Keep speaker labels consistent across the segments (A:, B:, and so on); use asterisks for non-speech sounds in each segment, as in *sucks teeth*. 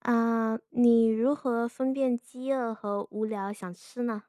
A: 啊，你如何分辨饥饿和无聊想吃呢？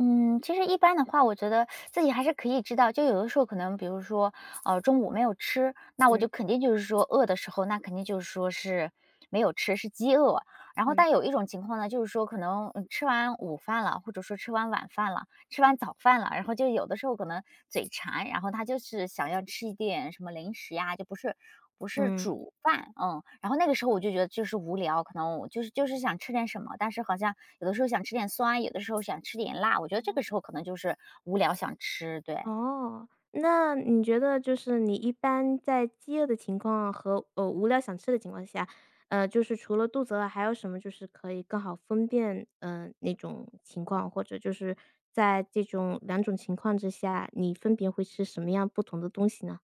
B: 嗯，其实一般的话，我觉得自己还是可以知道，就有的时候可能，比如说，中午没有吃，那我就
A: 嗯
B: 肯定就是说饿的时候，那肯定就是说是没有吃，是饥饿。然后，但
A: 嗯
B: 有一种情况呢，就是说可能吃完午饭了，或者说吃完晚饭了，吃完早饭了，然后就有的时候可能嘴馋，然后他就是想要吃一点什么零食呀，就不是
A: 嗯。
B: 煮饭，嗯，然后那个时候我就觉得就是无聊，可能我就是想吃点什么，但是好像有的时候想吃点酸，有的时候想吃点辣，我觉得这个时候可能就是无聊想吃，对。
A: 哦，那你觉得就是你一般在饥饿的情况和，无聊想吃的情况下，就是除了肚子饿，还有什么就是可以更好分辨，那种情况？或者就是在这种两种情况之下，你分别会吃什么样不同的东西呢？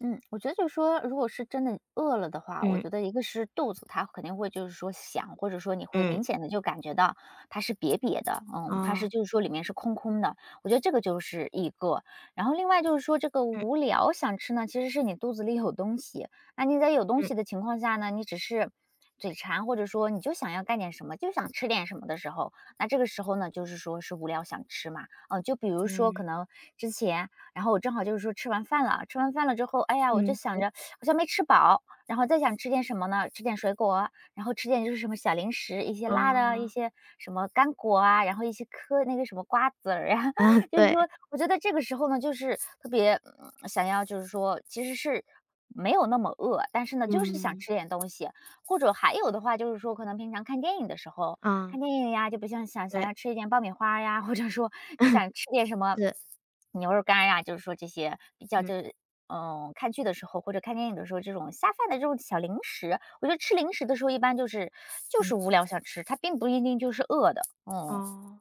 B: 嗯，我觉得就是说，如果是真的饿了的话，我
A: 嗯
B: 觉得一个是肚子，它肯定会就是说响，或者说你会
A: 嗯。
B: 明显的就感觉到它是瘪瘪的，嗯，它
A: 哦。
B: 是就是说里面是空空的。我觉得这个就是一个。然后另外就是说这个
A: 嗯
B: 无聊想吃呢，其实是你肚子里有东西。那你在有东
A: 嗯
B: 西的情况下呢，你只是嘴馋，或者说你就想要干点什么，就想吃点什么的时候，那这个时候呢，就是说是无聊想吃嘛。嗯、就比如说可
A: 嗯。
B: 能之前然后我正好就是说吃完饭了，吃完饭了之后，哎呀，我就
A: 嗯，
B: 想着
A: 对，
B: 好像没吃饱，然后再想吃点什么呢？吃点水果，然后吃点就是什么小零食，一些辣的，一
A: 啊，
B: 些什么干果啊，然后一些嗑那个什么瓜子儿呀、
A: *laughs* 啊，
B: *laughs* 就是说，
A: 对。
B: 我觉得这个时候呢，就是特别想要，就是说其实是没有那么饿，但是呢，就是想
A: 嗯，
B: 吃点东西，或者还有的话，就是说，可能平常看电影的时候，
A: 啊，
B: 看电影呀，就不像想想
A: 对，
B: 要吃一点爆米花呀，或者说就想吃点什
A: *laughs*
B: 么
A: 是，
B: 牛肉干呀，就是说这些比较
A: 嗯
B: 就是嗯，看剧的时候或者看电影的时候，这种下饭的这种小零食，我觉得吃零食的时候一般就是就
A: 嗯，
B: 是无聊想吃，它并不一定就是饿的，嗯。
A: 哦，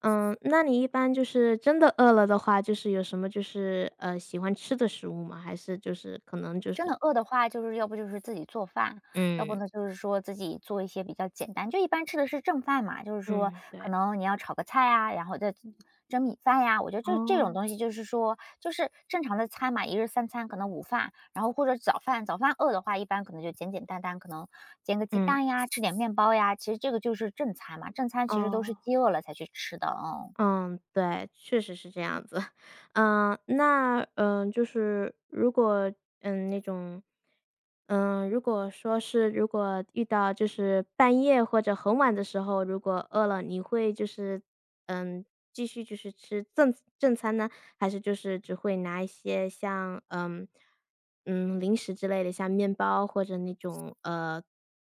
A: 嗯，那你一般就是真的饿了的话，就是有什么就是喜欢吃的食物吗？还是就是可能就
B: 真
A: 是
B: 的饿的话，就是要不就是自己做饭，要不
A: 嗯
B: 呢就是说自己做一些比较简单，就一般吃的是正饭嘛，就是说
A: 嗯，
B: 可
A: 对，
B: 能你要炒个菜啊，然后再蒸米饭呀、我觉得这种
A: 哦，
B: 东西就是说，就是正常的餐嘛，一日三餐可能午饭，然后或者早饭，早饭饿的话，一般可能就简简单单，可能煎个鸡
A: 嗯
B: 蛋呀，吃点面包呀，其实这个就是正餐嘛，正餐其实都是
A: 哦。
B: 饥饿了才去吃的，嗯。
A: 嗯，对，确实是这样子。*laughs* 嗯，那，嗯，就是如果，嗯，那种，嗯，如果说是如果遇到就是半夜或者很晚的时候，如果饿了，你会就是，嗯，继续就是吃正正餐呢？还是就是只会拿一些像嗯嗯零食之类的，像面包或者那种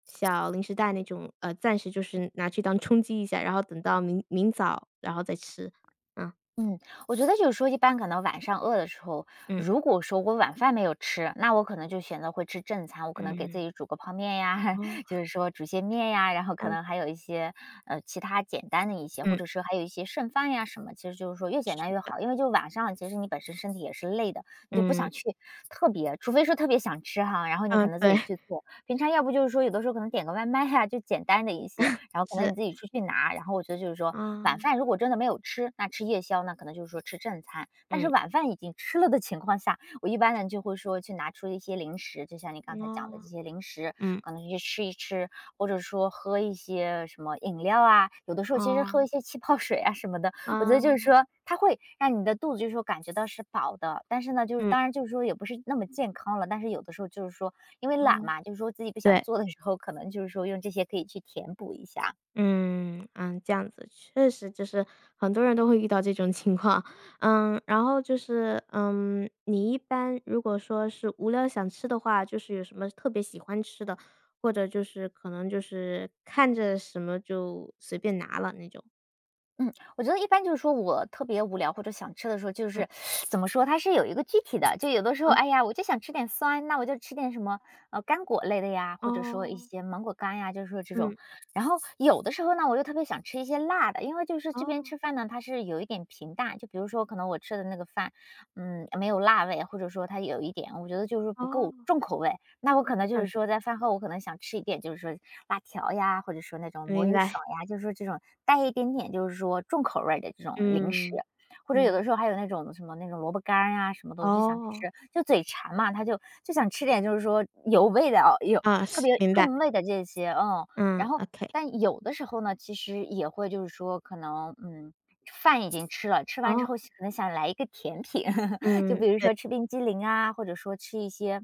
A: 小零食袋那种，暂时就是拿去当充饥一下，然后等到明明早然后再吃。啊，
B: 嗯，我觉得就是说一般可能晚上饿的时候，
A: 嗯
B: 如果说我晚饭没有吃，那我可能就选择会吃正餐，我可能给自
A: 嗯，
B: 己煮个泡面呀，
A: 哦，
B: *laughs* 就是说煮些面呀，然后
A: 这
B: 可
A: 样
B: 能还有一些，其他简单的一些，或者是还有一些剩饭呀什么，其实就是说越简
A: 子
B: 单越好。因为就晚上其实你本身身体也是累的，你就不
A: 嗯，
B: 想
A: 嗯，
B: 去特别除非说特别想吃哈，然后你可
A: 啊，
B: 能自
A: 对，
B: 己去做。平常要不就是说有的时候可能点个外卖呀，就简单的一些，然后可能
A: 是，
B: 你自己出去拿。然后我觉得就是说，晚
A: 啊，
B: 饭如果真的没有吃，那吃夜宵，那可能就是说吃正餐。但是
A: 嗯，
B: 晚饭已经吃了的情况下，我一般呢就会说去拿出一些零食，就像你刚才讲的这
A: 哦，
B: 些零食，
A: 嗯，
B: 可能去吃一吃，或者说喝一些什么饮料啊，有的时候其实喝
A: 哦，
B: 一些气泡水啊什么的，我觉得
A: 啊，
B: 就是说，它会让你的肚子就是说感觉到是饱的，但是呢，就是
A: 嗯，
B: 当然就是说也不是那么健康了，但是有的时候就是说，因为懒
A: 哦，
B: 嘛，就是说自己不想
A: 对。
B: 做的时候，可能就是说用这些可以去填补一下。
A: 嗯嗯，这样子确实就是很多人都会遇到这种情况，嗯，然后就是，嗯，你一般如果说是无聊想吃的话，就是有什么特别喜欢吃的，或者就是可能就是看着什么就随便拿了那种？
B: 嗯，我觉得一般就是说我特别无聊或者想吃的时候，就
A: 嗯，
B: 是 *sucks teeth* 怎么说，它是有一个具体的，就有的时候，
A: 哦
B: 哎呀，我就想吃点酸，那我就吃点什么干果类的呀，或者说一
A: 哦，
B: 些芒果干呀，就是说这种。
A: 嗯，
B: 然后有的时候呢，我又特别想吃一些辣的，因为就是这边
A: 哦
B: 吃饭呢，它是有一点平淡，就比如说可能我吃的那个饭，嗯，没有辣味，或者说它有一点，我觉得就是
A: 哦
B: 不够重口味。那我可
A: 哦，
B: 能
A: 这
B: 就是
A: 样子，
B: 说在饭后，我可能想吃一点，就是说辣条呀，或者说那种魔
A: 明
B: 芋
A: 白，
B: 爽呀，就是说这种带一点点就是说重口味儿的这种零食，
A: 嗯
B: 或者有
A: 嗯，
B: 的时候还有那种什么那种萝卜干儿呀什么的，我就想
A: 哦，
B: 吃，就嘴馋嘛，他就想吃点就是说有味的哦，有
A: 啊，
B: 特
A: 是
B: 别
A: 明白，
B: 重味的这些，嗯，然
A: 嗯
B: 后
A: ，OK，
B: 但有的时候呢，其实也会就是说可能饭已经吃了，吃完之
A: 哦，
B: 后可能想来一个甜品，*laughs* *laughs* 就
A: 嗯，
B: 比如
A: 对，
B: 说吃冰激凌啊，或者说吃一些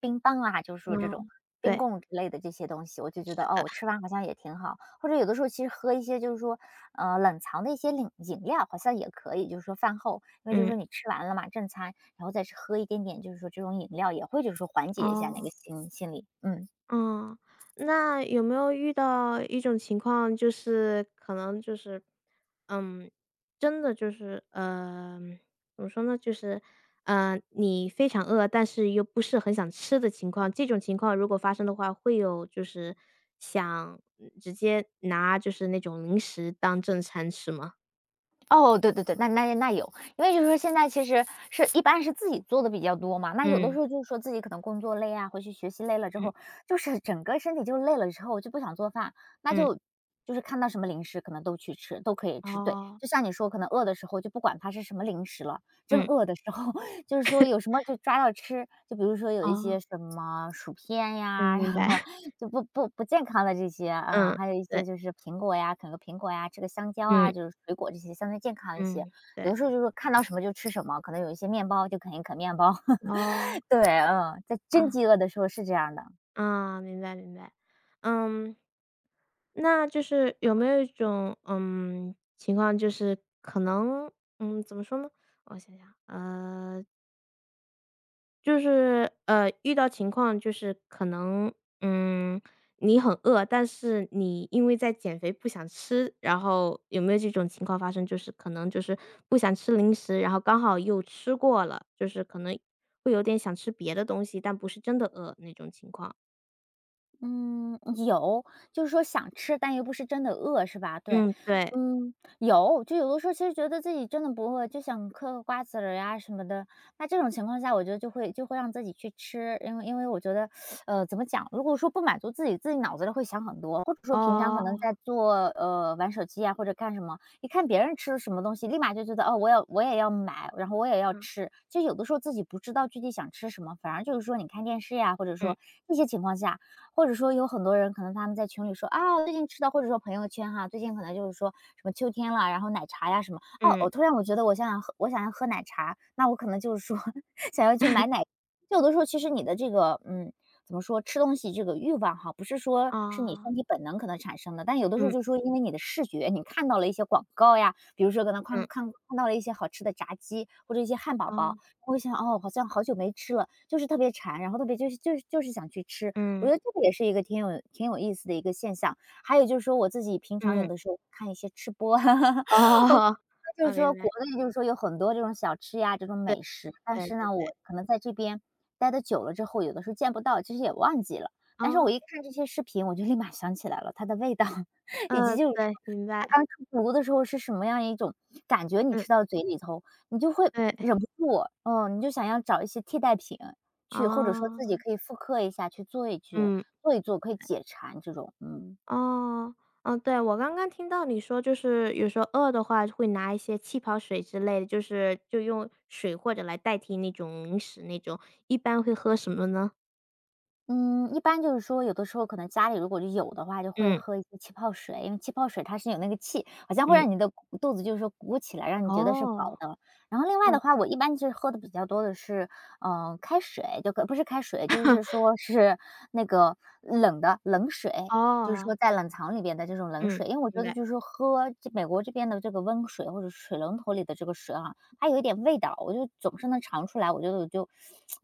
B: 冰棒啊，就是说这种
A: 嗯，
B: 冰
A: 对，
B: 棍之类的这些东西，我就觉得
A: 是的，
B: 哦，吃完好像也挺好。或者有的时候其实喝一些就是说，冷藏的一些饮料好像也可以，就是说饭后，因为就是
A: 嗯。
B: 说你吃完了嘛，正餐，然后再去喝一点点，就是说这种饮料也会就是说缓解一下那个
A: 哦，
B: 心理嗯。
A: 嗯，那有没有遇到一种情况，就是可能就是，嗯，真的就是，怎么说呢，就是，你非常饿，但是又不是很想吃的情况，这种情况如果发生的话，会有就是想嗯直接拿就是那种零食当正餐吃吗？
B: 哦，对对对，那有，因为就是说现在其实是一般是自己做的比较多嘛，那有的时
A: 嗯
B: 候就是说自己可能工作累啊，回去学习累了之
A: 嗯
B: 后，就是整个身体就累了之后就不想做饭，那
A: 嗯，
B: 就就是看到什么零食可能都去吃，都可以吃。对，
A: 哦，
B: 就像你说，可能饿的时候就不管它是什么零食了，真
A: 嗯
B: 饿的时候 *laughs* 就是说有什么就抓到吃，就比如说有一
A: 哦，
B: 些什么薯片
A: 嗯，
B: 呀，
A: 明
B: 然
A: 白，
B: 后
A: *laughs*
B: 就不健康的这些啊，
A: 嗯，
B: 还有一些
A: 对，
B: 就是苹果呀，啃个苹果呀，吃个香蕉啊，
A: 嗯
B: 就是水果这些相对健康一些。
A: 嗯，
B: 有
A: 对，
B: 的时候就是看到什么就吃什么，可能有一些面包就啃一啃面包。
A: 哦，
B: *laughs* 对，嗯，在真
A: 啊。
B: 饥饿的时候是这样的。
A: 啊，明白明白。嗯，那就是有没有一种，嗯，情况就是可能，嗯，怎么说呢？我想想，就是遇到情况就是可能，嗯，你很饿，但是你因为在减肥不想吃，然后有没有这种情况发生？就是可能就是不想吃零食，然后刚好又吃过了，就是可能会有点想吃别的东西，但不是真的饿那种情况。
B: 嗯，有，就是说想吃，但又不是真的饿，是吧？对，
A: 嗯，对，
B: 嗯。嗯有，就有的时候其实觉得自己真的不饿，就想嗑个瓜子儿呀什么的。那这种情况下，我觉得就会让自己去吃，因为我觉得，怎么讲，如果说不满足自己，自己脑子里会想很多，或者说平常可能
A: 哦。
B: 在做玩手机呀或者干什么，一看别人吃了什么东西，立马就觉得，哦，我也要买，然后我也要
A: 嗯
B: 吃。就有的时候自己不知道具体想吃什么，反而就是说你看电视呀，或者
A: 嗯
B: 说一些情况下，或者说有很多人可能他们在群里说啊，最近吃的，或者说朋友圈哈，最近可能就是说什么秋天了，然后奶茶呀什么，哦，
A: 嗯，
B: 我突然我觉得我想要喝奶茶，那我可能就是说 *laughs* 想要去买奶。就有的时候其实你的这个怎么说吃东西这个欲望哈，不是说是你
A: 哦，
B: 身体本能可能产生的，但有的时候
A: 嗯
B: 就是说因为你的视觉，你看到了一些广告呀，比如说可能看
A: 嗯
B: 看看到了一些好吃的炸鸡或者一些汉堡
A: 哦，
B: 包，
A: 啊
B: 我会想哦，好像好久没吃了，就是特别馋，然后特别就是想去吃，我
A: 嗯
B: 觉得这个也是一个挺有意思的一个现象。还有就是说我自己平常有
A: 嗯，
B: 的时候看一些吃播，*laughs*
A: 哦，
B: 就是
A: 我
B: 说
A: 明
B: 国
A: 白，
B: 内就是说有很多这种小吃呀，这种
A: 对
B: 美食，但
A: 对
B: 是
A: 对
B: 呢，
A: 对，
B: 我可能在这边待的久了之后，有的时候见不到，其实也忘记了。但是我
A: 哦，
B: 一看这些视频，我就立马想起来了它的味道，*laughs* 以及就是说
A: 对，明
B: 它
A: 白，
B: 刚出炉的时候是什么样一种感觉，你
A: 嗯，
B: 吃到嘴里头，你就会
A: 对，
B: 忍不住，嗯，你就想要找一些替代品去，或者说自
A: 哦，
B: 己可以复刻一下，去做一去
A: 嗯，
B: 做一做，可以解馋这种，嗯。
A: 哦，嗯，对，我刚刚听到你说，就是有时候饿的话会拿一些气泡水之类的，就是就用水或者来代替那种零食那种，一般会喝什么呢？
B: 嗯，一般就是说，有的时候可能家里如果就有的话，就会
A: 嗯
B: 喝一些气泡水，因为气泡水它是有那个气，好像会
A: 嗯，
B: 让你的鼓肚子就是说鼓起来，让你觉得是饱
A: 哦，
B: 的。然后另
A: 这
B: 外
A: 样
B: 的
A: 子，
B: 话，我一般就是喝的比较多的是，开水，就可不是开水，就是说是那个冷的冷水，就是
A: 哦，
B: 说在冷藏里边的这种冷
A: 嗯，
B: 水，因为我
A: 明
B: 觉得
A: 白，
B: 就是说喝这美国这边的这个温水或者水龙头里的这个水啊，它有一点味道，我就总是能尝出来。我觉得我就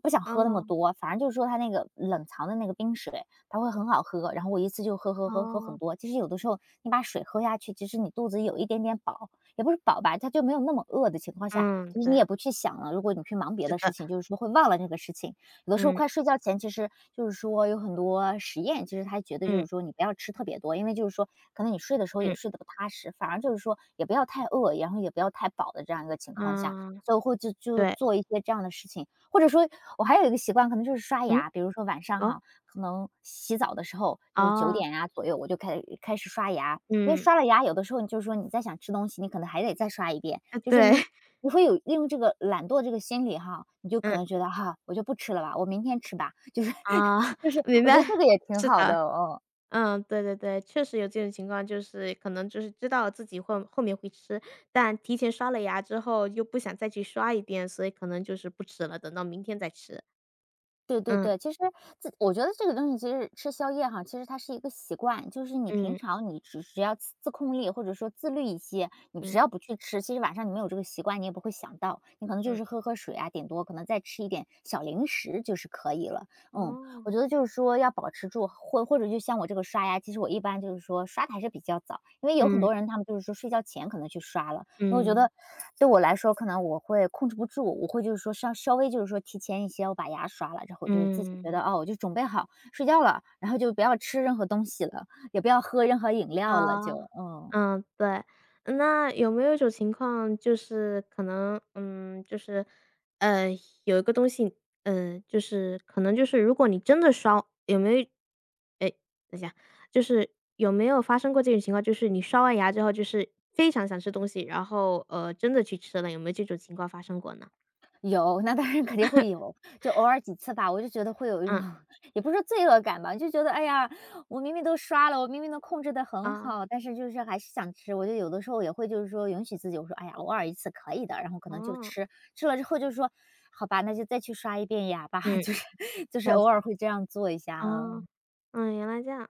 B: 不想喝那么
A: 哦
B: 多，反正就是说它那个冷藏的那个冰水，它会很好喝。然后我一次就喝很
A: 哦，
B: 多。其实有的时候你把水喝下去，其实你肚子有一点点饱，也不是饱吧，它就没有那么饿的情况下，
A: 嗯，
B: 其实你
A: 对。
B: 也不去想了。如果你去忙别
A: 是
B: 的事
A: 的，
B: 情，就是说会忘了这个事情。有的时候
A: 嗯
B: 快睡觉前，其实就是说有很多实验，其实他觉得就
A: 嗯
B: 是说你不要吃特别多，因为就是说可能你睡的时候也
A: 嗯，
B: 睡得不踏实，反而就是说也不要太饿，然后也不要太饱的这样一个情况下，
A: 啊，
B: 所以会就
A: 对，
B: 做一些这样的事情。或者说我还有一个习惯，可能就是刷
A: 嗯，
B: 牙，比如说晚上
A: 哦，
B: 哈，可能洗澡的时候就是九
A: 哦，
B: 点啊左右，我就开始刷牙，因为
A: 嗯，
B: 刷了牙，有的时候你就是说你再想吃东西，你可能还得再刷一遍，
A: 啊
B: 就是说
A: 对，*laughs*
B: 你会有利用这个懒惰这个心理哈，你就可
A: 嗯，
B: 能觉得哈，我就不吃了吧，我明天吃吧，就是
A: 啊，*laughs*
B: *laughs* 就是
A: 明
B: 我
A: 白，
B: 觉得这个也挺
A: 是
B: 好的，
A: 的，
B: 哦。
A: 嗯，对对对，确实有这种情况，就是可能就是知道自己会后面会吃，但提前刷了牙之后又不想再去刷一遍，所以可能就是不吃了，等到明天再吃。
B: 对对
A: 嗯
B: 对，其实自我觉得这个东西其实吃宵夜哈，其实它是一个习惯，就是你平
A: 嗯
B: 常你只要自控力或者说自律一些，你只
A: 嗯
B: 要不去吃，其实晚上你没有这个习惯，你也不会想到，你可能就
A: 嗯，
B: 是喝喝水啊，顶多可能再吃一点小零食就是可以了。嗯，我觉
A: 哦，
B: 得就是说要保持住，或者就像我这个刷牙，其实我一般就是说刷的还是比较早，因为有很
A: 嗯
B: 多人他们就是说睡觉前可能去刷了，因为我觉
A: 嗯
B: 得对我来说，可能我会控制不住，我会就是说稍微就是说提前一些，我把牙刷了之后，就是自己觉得
A: 嗯，
B: 哦，我就准备好睡觉了，然后就不要吃任何东西了，也不要喝任何饮料了，
A: 啊。
B: 就嗯。
A: 嗯，对。那有没有一种情况就是可能，嗯，就是，呃，有一个东西，嗯，就是可能就是如果你真的烧有没有哎，等一下，就是有没有发生过这种情况，就是你刷完牙之后就是非常想吃东西，然后，真的去吃了，有没有这种情况发生过呢？
B: 有，那当然肯定会有，就偶尔几次吧，我就觉得会有一种，
A: 嗯，
B: *laughs* 也不是说罪恶感吧，就觉得哎呀，我明明都刷了，我明明能控制的很
A: 啊，
B: 好，但是就是还是想吃。我就有的时候也会就是说允许自己，我说哎呀，偶尔一次可以的，然后可能就
A: 哦，
B: 吃，吃了之后就说好吧，那就再去刷一遍牙吧，
A: 嗯，
B: *laughs* 就是
A: 这样
B: 偶尔
A: 子。
B: 会这样做一下，
A: 哦，
B: 嗯。
A: 嗯，原来这样。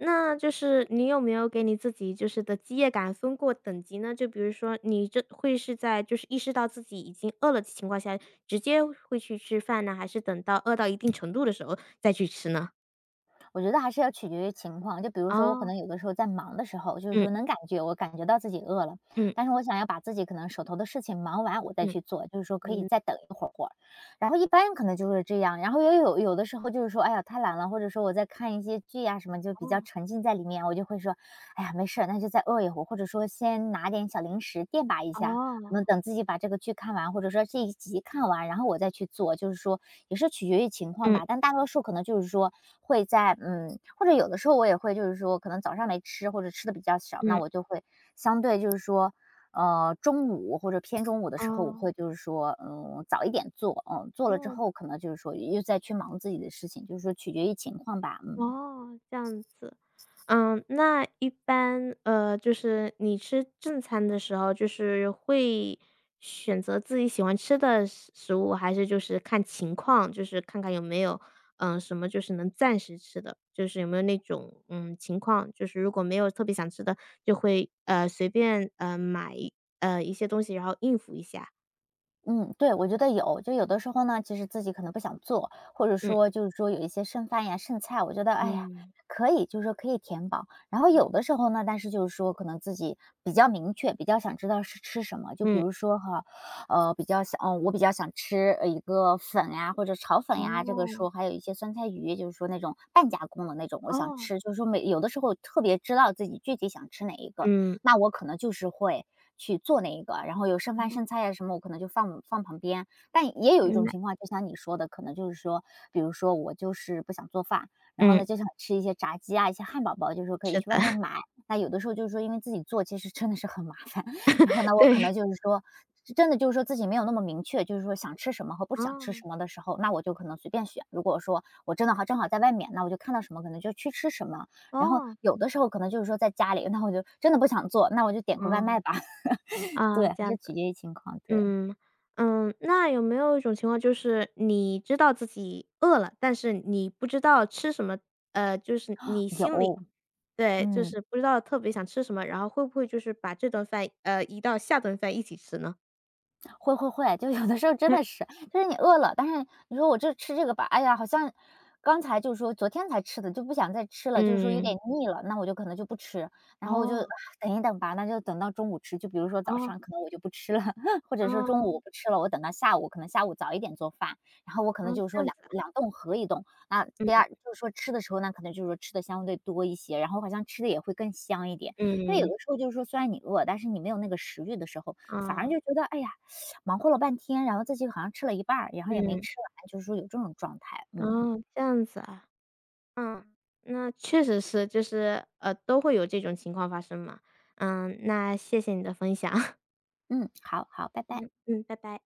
A: 那就是你有没有给你自己就是的饥饿感分过等级呢？就比如说你这会是在就是意识到自己已经饿了的情况下，直接会去吃饭呢？还是等到饿到一定程度的时候再去吃呢？
B: 我觉得还是要取决于情况。就比如说我可
A: 哦。
B: 能有的时候在忙的时候，就是
A: 嗯
B: 说能感觉我感觉到自己饿了，
A: 嗯
B: 但是我想要把自己可能手头的事情忙完，我再
A: 嗯，
B: 去做，就是说可以
A: 明
B: 再等一会儿。然后一般可能就是这样，然后也有的时候就是说，哎呀太懒了，或者说我在看一些剧呀、什么，就比较
A: 哦，
B: 沉浸在里面，我就会说，哎呀没事儿，那就再饿一会儿，或者说先拿点小零食垫吧一下。可能
A: 哦。
B: 等自己把这个剧看完，或者说这一集看完，然后我再去做，就是说也是取决于情况
A: 嗯
B: 吧。但大多数可能就是说会在嗯，或者有的时候我也会就是说，可能早上没吃或者吃的比较少，那
A: 嗯，
B: 我就会相对就是说，中午或者偏中午的时候，我
A: 哦，
B: 会就是说，嗯，早一点做，嗯，做了之
A: 哦。
B: 后可能就是说又再去忙自己的事情，就是说取决于情况吧。
A: 哦，这样子。嗯，那一般，就是你吃正餐的时候，就是会选择自己喜欢吃的食食物，还是就是看情况，就是看看有没有，嗯，什么就是能暂时吃的，就是有没有那种，嗯，情况，就是如果没有特别想吃的，就会，随便，买，一些东西，然后应付一下。
B: 嗯，对，我觉得有。就有的时候呢，其实自己可能不想做，或者
A: 嗯。
B: 说就是说有一些剩饭呀、剩菜，我觉得哎呀，
A: 嗯。
B: 可以，就是说可以填饱。然后有的时候呢，但是就是说可能自己比较明确，比较想知道是吃什么。就比
A: 嗯。
B: 如说哈，比较想，嗯，我比较想吃一个粉呀，或者炒粉呀，这个
A: 哦，
B: 说还有一些酸菜鱼，就是说那种半加工的那种，我想
A: 哦，
B: 吃。就是说每有的时候特别知道自己具体想吃哪一个，
A: 嗯，
B: 那我可能就是会去做那一个，然后有剩饭
A: 哦
B: 剩菜呀什么，我可能就放旁边。但也有一
A: 嗯，
B: 种情况，就像你说的，可能就是说，比如说我就是不想做饭，然后
A: 嗯，
B: 呢就想吃一些炸鸡啊、一些汉堡包，就是说可以
A: 是
B: 去外面
A: 的。
B: 买。那有的时候就是说，因为自己做其实真的是很麻烦，*laughs* 然后呢，我可
A: 对，
B: 能就是说。真的就是说自己没有那么明确，就是说想吃什么和不想吃
A: 哦，
B: 什么的时候，那我就可能随便选。如果说我真的好正好在外面，那我就看到什么可能就去吃什么。然后
A: 哦，
B: 有的时候可能就是说在家里，那我就真的不想做，那我就点个外卖
A: 嗯，
B: 吧，*laughs* 对，
A: 啊，
B: 还
A: 这样
B: 是取
A: 子，
B: 决于情况，对，
A: 嗯，嗯，那有没有一种情况就是你知道自己饿了，但是你不知道吃什么，就是你心里
B: 有，
A: 对，就
B: 嗯。
A: 是不知道特别想吃什么，然后会不会就是把这顿饭，移到下顿饭一起吃呢？
B: 会会会，就有的时候真的
A: *laughs*
B: 是，就是你饿了，但是你说我这吃这个吧，哎呀，好像刚才就是说昨天才吃的，就不想再吃了，就是说有
A: 嗯，
B: 点腻了，那我就可能就不吃，然后我就啊
A: 哦，
B: 等一等吧，那就等到中午吃。就比如说早
A: 哦，
B: 上可能我就不吃了，*laughs* 或者说中
A: 哦，
B: 午我不吃了，我等到下午，可能下午早一点做饭，然后我可能
A: 哦，
B: 就是
A: 这
B: 说
A: 样
B: 两
A: 子
B: 两顿合一顿，那第二
A: 啊
B: 就是说吃的时候那可能就是说吃的相对多一些，然后好像吃的也会更香一点，因为有
A: 嗯，
B: 的
A: 嗯，
B: 时候就是说虽然你饿，但是你没有那个食欲的时候，反而
A: 啊，
B: 就觉得哎呀。忙活了半天，然后自己好像吃了一半儿然后也没
A: 嗯，
B: 吃完，就是说有这种状态。嗯，
A: 哦，这样子啊。嗯，那确实是，就是都会有这种情况发生嘛。嗯，那谢谢你的分享。*laughs*
B: 嗯，好好，拜拜。
A: 嗯嗯，拜拜。